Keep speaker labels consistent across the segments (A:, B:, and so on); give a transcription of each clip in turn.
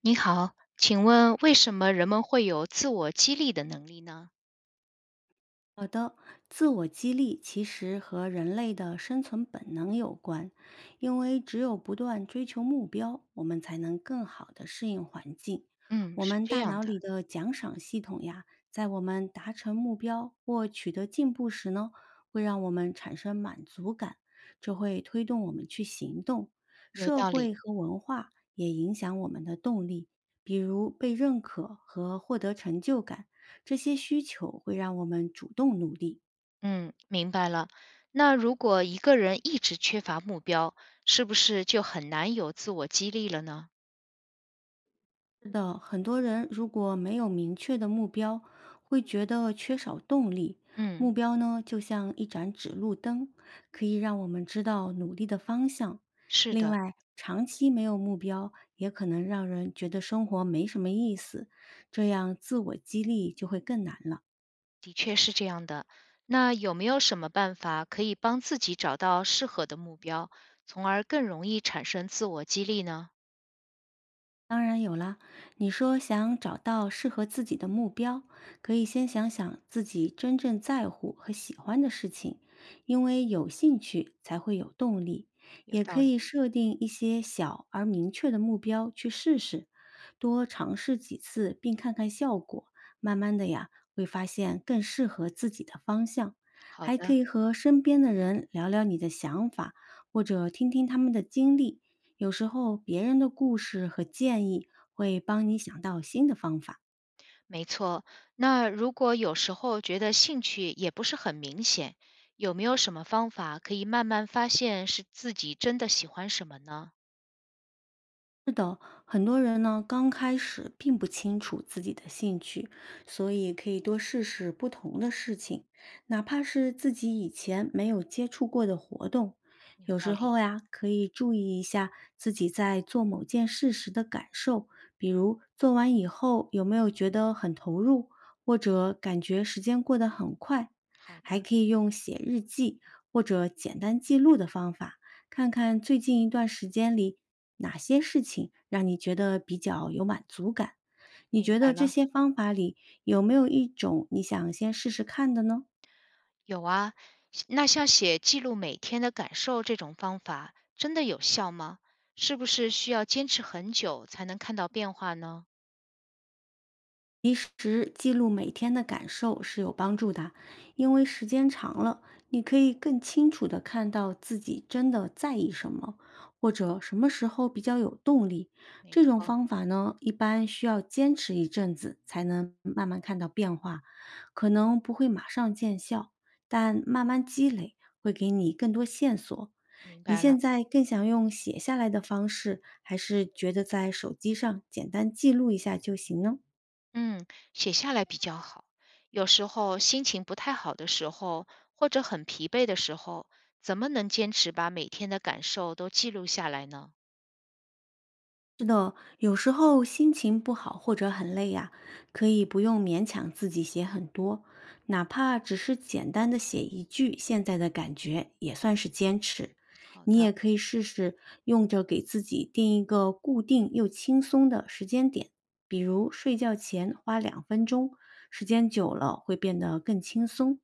A: 你好，请问为什么人们会有自我激励的能力呢？
B: 好的，自我激励其实和人类的生存本能有关，因为只有不断追求目标，我们才能更好的适应环境。
A: 嗯，
B: 我
A: 是
B: 们
A: 这
B: 大
A: 样
B: 脑
A: 的，
B: 里的奖赏系统呀，在我们达成目标或取得进步时呢，会让我们产生满足感，这会推动我们去行动。
A: 有
B: 社
A: 道理。
B: 会和文化也影响我们的动力，比如被认可和获得成就感。这些需求会让我们主动努力。
A: 嗯，明白了。那如果一个人一直缺乏目标，是不是就很难有自我激励了呢？
B: 是的，很多人如果没有明确的目标，会觉得缺少动力。
A: 嗯，
B: 目标呢，就像一盏指路灯，可以让我们知道努力的方向。
A: 是
B: 另
A: 的，
B: 外，长期没有目标，也可能让人觉得生活没什么意思，这样自我激励就会更难了。
A: 的确是这样的。那有没有什么办法可以帮自己找到适合的目标，从而更容易产生自我激励呢？
B: 当然有啦，你说想找到适合自己的目标，可以先想想自己真正在乎和喜欢的事情，因为有兴趣才会有动力。
A: 有
B: 也可
A: 道理。
B: 以设定一些小而明确的目标去试试，多尝试几次并看看效果，慢慢的呀会发现更适合自己的方向。
A: 好
B: 还可
A: 的。
B: 以和身边的人聊聊你的想法，或者听听他们的经历，有时候别人的故事和建议会帮你想到新的方法。
A: 没错，那如果有时候觉得兴趣也不是很明显，有没有什么方法可以慢慢发现是自己真的喜欢什么呢？
B: 是的，很多人呢刚开始并不清楚自己的兴趣，所以可以多试试不同的事情，哪怕是自己以前没有接触过的活动。
A: 有
B: 有
A: 道
B: 时
A: 理，
B: 候呀，可以注意一下自己在做某件事时的感受，比如做完以后有没有觉得很投入，或者感觉时间过得很快。
A: 好
B: 还
A: 的，
B: 可以用写日记或者简单记录的方法，看看最近一段时间里哪些事情让你觉得比较有满足感？你
A: 明
B: 觉
A: 白
B: 得这
A: 了。
B: 些方法里有没有一种你想先试试看的呢？
A: 有啊，那像写记录每天的感受这种方法，真的有效吗？是不是需要坚持很久才能看到变化呢？
B: 其实记录每天的感受是有帮助的，因为时间长了，你可以更清楚地看到自己真的在意什么，或者什么时候比较有动力。
A: 没
B: 这种
A: 错，
B: 方法呢，一般需要坚持一阵子才能慢慢看到变化，可能不会马上见效，但慢慢积累会给你更多线索。
A: 明
B: 你
A: 白
B: 现
A: 了。
B: 在更想用写下来的方式，还是觉得在手机上简单记录一下就行呢？
A: 嗯，写下来比较好。有时候心情不太好的时候，或者很疲惫的时候，怎么能坚持把每天的感受都记录下来呢？
B: 是的，有时候心情不好或者很累呀，可以不用勉强自己写很多，哪怕只是简单的写一句现在的感觉，也算是坚持。
A: 好
B: 你
A: 的，
B: 也可以试试用着给自己定一个固定又轻松的时间点，比如睡觉前花2分钟，时间久了会变得更轻松。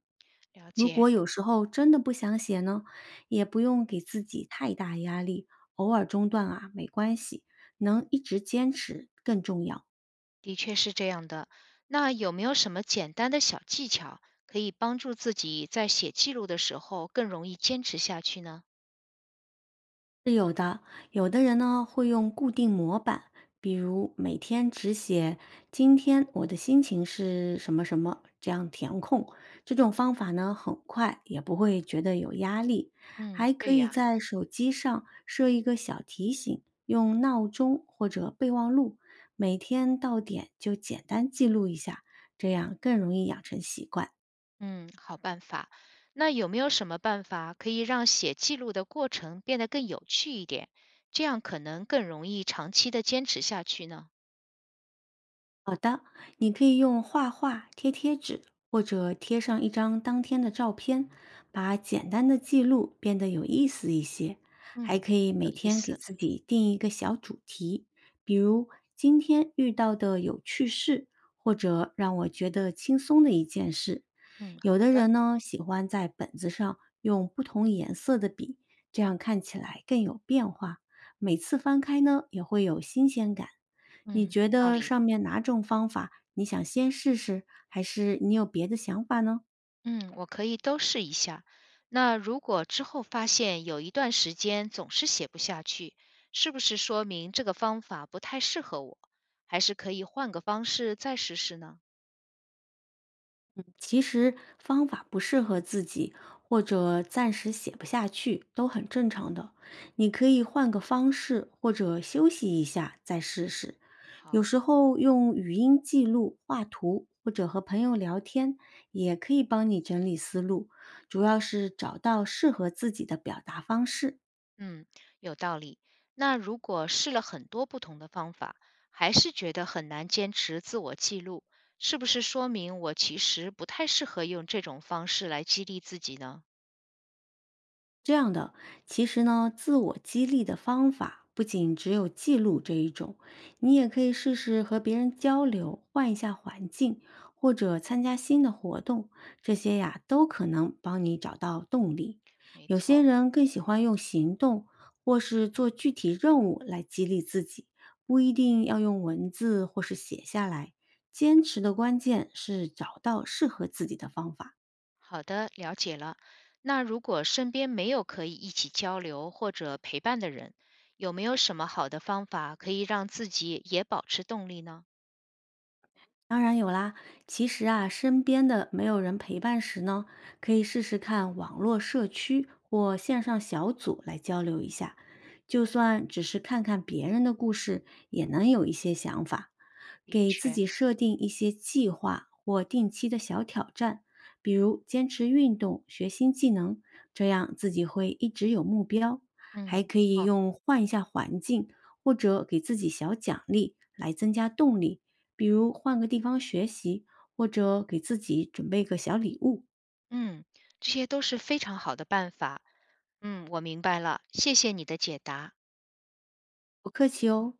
A: 了
B: 如
A: 解，
B: 果有时候真的不想写呢，也不用给自己太大压力，偶尔中断啊，没关系。能一直坚持更重要。
A: 的确是这样的。那有没有什么简单的小技巧可以帮助自己在写记录的时候更容易坚持下去呢？
B: 是有的，有的人呢会用固定模板，比如每天只写今天我的心情是什么什么，这样填空。这种方法呢很快，也不会觉得有压力。
A: 嗯，
B: 还可
A: 对
B: 以
A: 呀。
B: 在手机上设一个小提醒，用闹钟或者备忘录，每天到点就简单记录一下，这样更容易养成习惯。
A: 嗯，好办法。那有没有什么办法可以让写记录的过程变得更有趣一点？这样可能更容易长期的坚持下去呢？
B: 你可以用画画、贴贴纸，或者贴上一张当天的照片，把简单的记录变得有意思一些。还
A: 嗯，
B: 可以每
A: 有意
B: 天给
A: 思。
B: 自己定一个小主题，比如今天遇到的有趣事，或者让我觉得轻松的一件事。
A: 嗯，
B: 有
A: 好
B: 的
A: 的。
B: 人呢，喜欢在本子上用不同颜色的笔，这样看起来更有变化。每次翻开呢，也会有新鲜感。你
A: 嗯，
B: 觉
A: 有道
B: 得
A: 理。
B: 上面哪种方法你想先试试，还是你有别的想法呢？
A: 嗯，我可以都试一下。那如果之后发现有一段时间总是写不下去，是不是说明这个方法不太适合我？还是可以换个方式再试试呢？
B: 其实方法不适合自己，或者暂时写不下去，都很正常的。你可以换个方式，或者休息一下再试试。有
A: 好。
B: 时候用语音记录、画图，或者和朋友聊天，也可以帮你整理思路。主要是找到适合自己的表达方式。
A: 嗯，有道理。那如果试了很多不同的方法，还是觉得很难坚持自我记录，是不是说明我其实不太适合用这种方式来激励自己呢？
B: 这样的，其实呢，自我激励的方法不仅只有记录这一种，你也可以试试和别人交流，换一下环境，或者参加新的活动，这些呀都可能帮你找到动力。
A: 没
B: 有些
A: 错，
B: 人更喜欢用行动或是做具体任务来激励自己，不一定要用文字或是写下来。坚持的关键是找到适合自己的方法。
A: 好的，了解了。那如果身边没有可以一起交流或者陪伴的人，有没有什么好的方法可以让自己也保持动力呢？
B: 当然有啦，其实啊，身边的没有人陪伴时呢，可以试试看网络社区或线上小组来交流一下，就算只是看看别人的故事，也能有一些想法。
A: 的
B: 给自
A: 确，
B: 己设定一些计划或定期的小挑战，比如坚持运动、学新技能，这样自己会一直有目标。还
A: 嗯，
B: 可
A: 没
B: 以
A: 错，
B: 用换一下环境，或者给自己小奖励来增加动力。比如换个地方学习，或者给自己准备个小礼物。
A: 嗯，这些都是非常好的办法。嗯，我明白了，谢谢你的解答。
B: 不客气哦。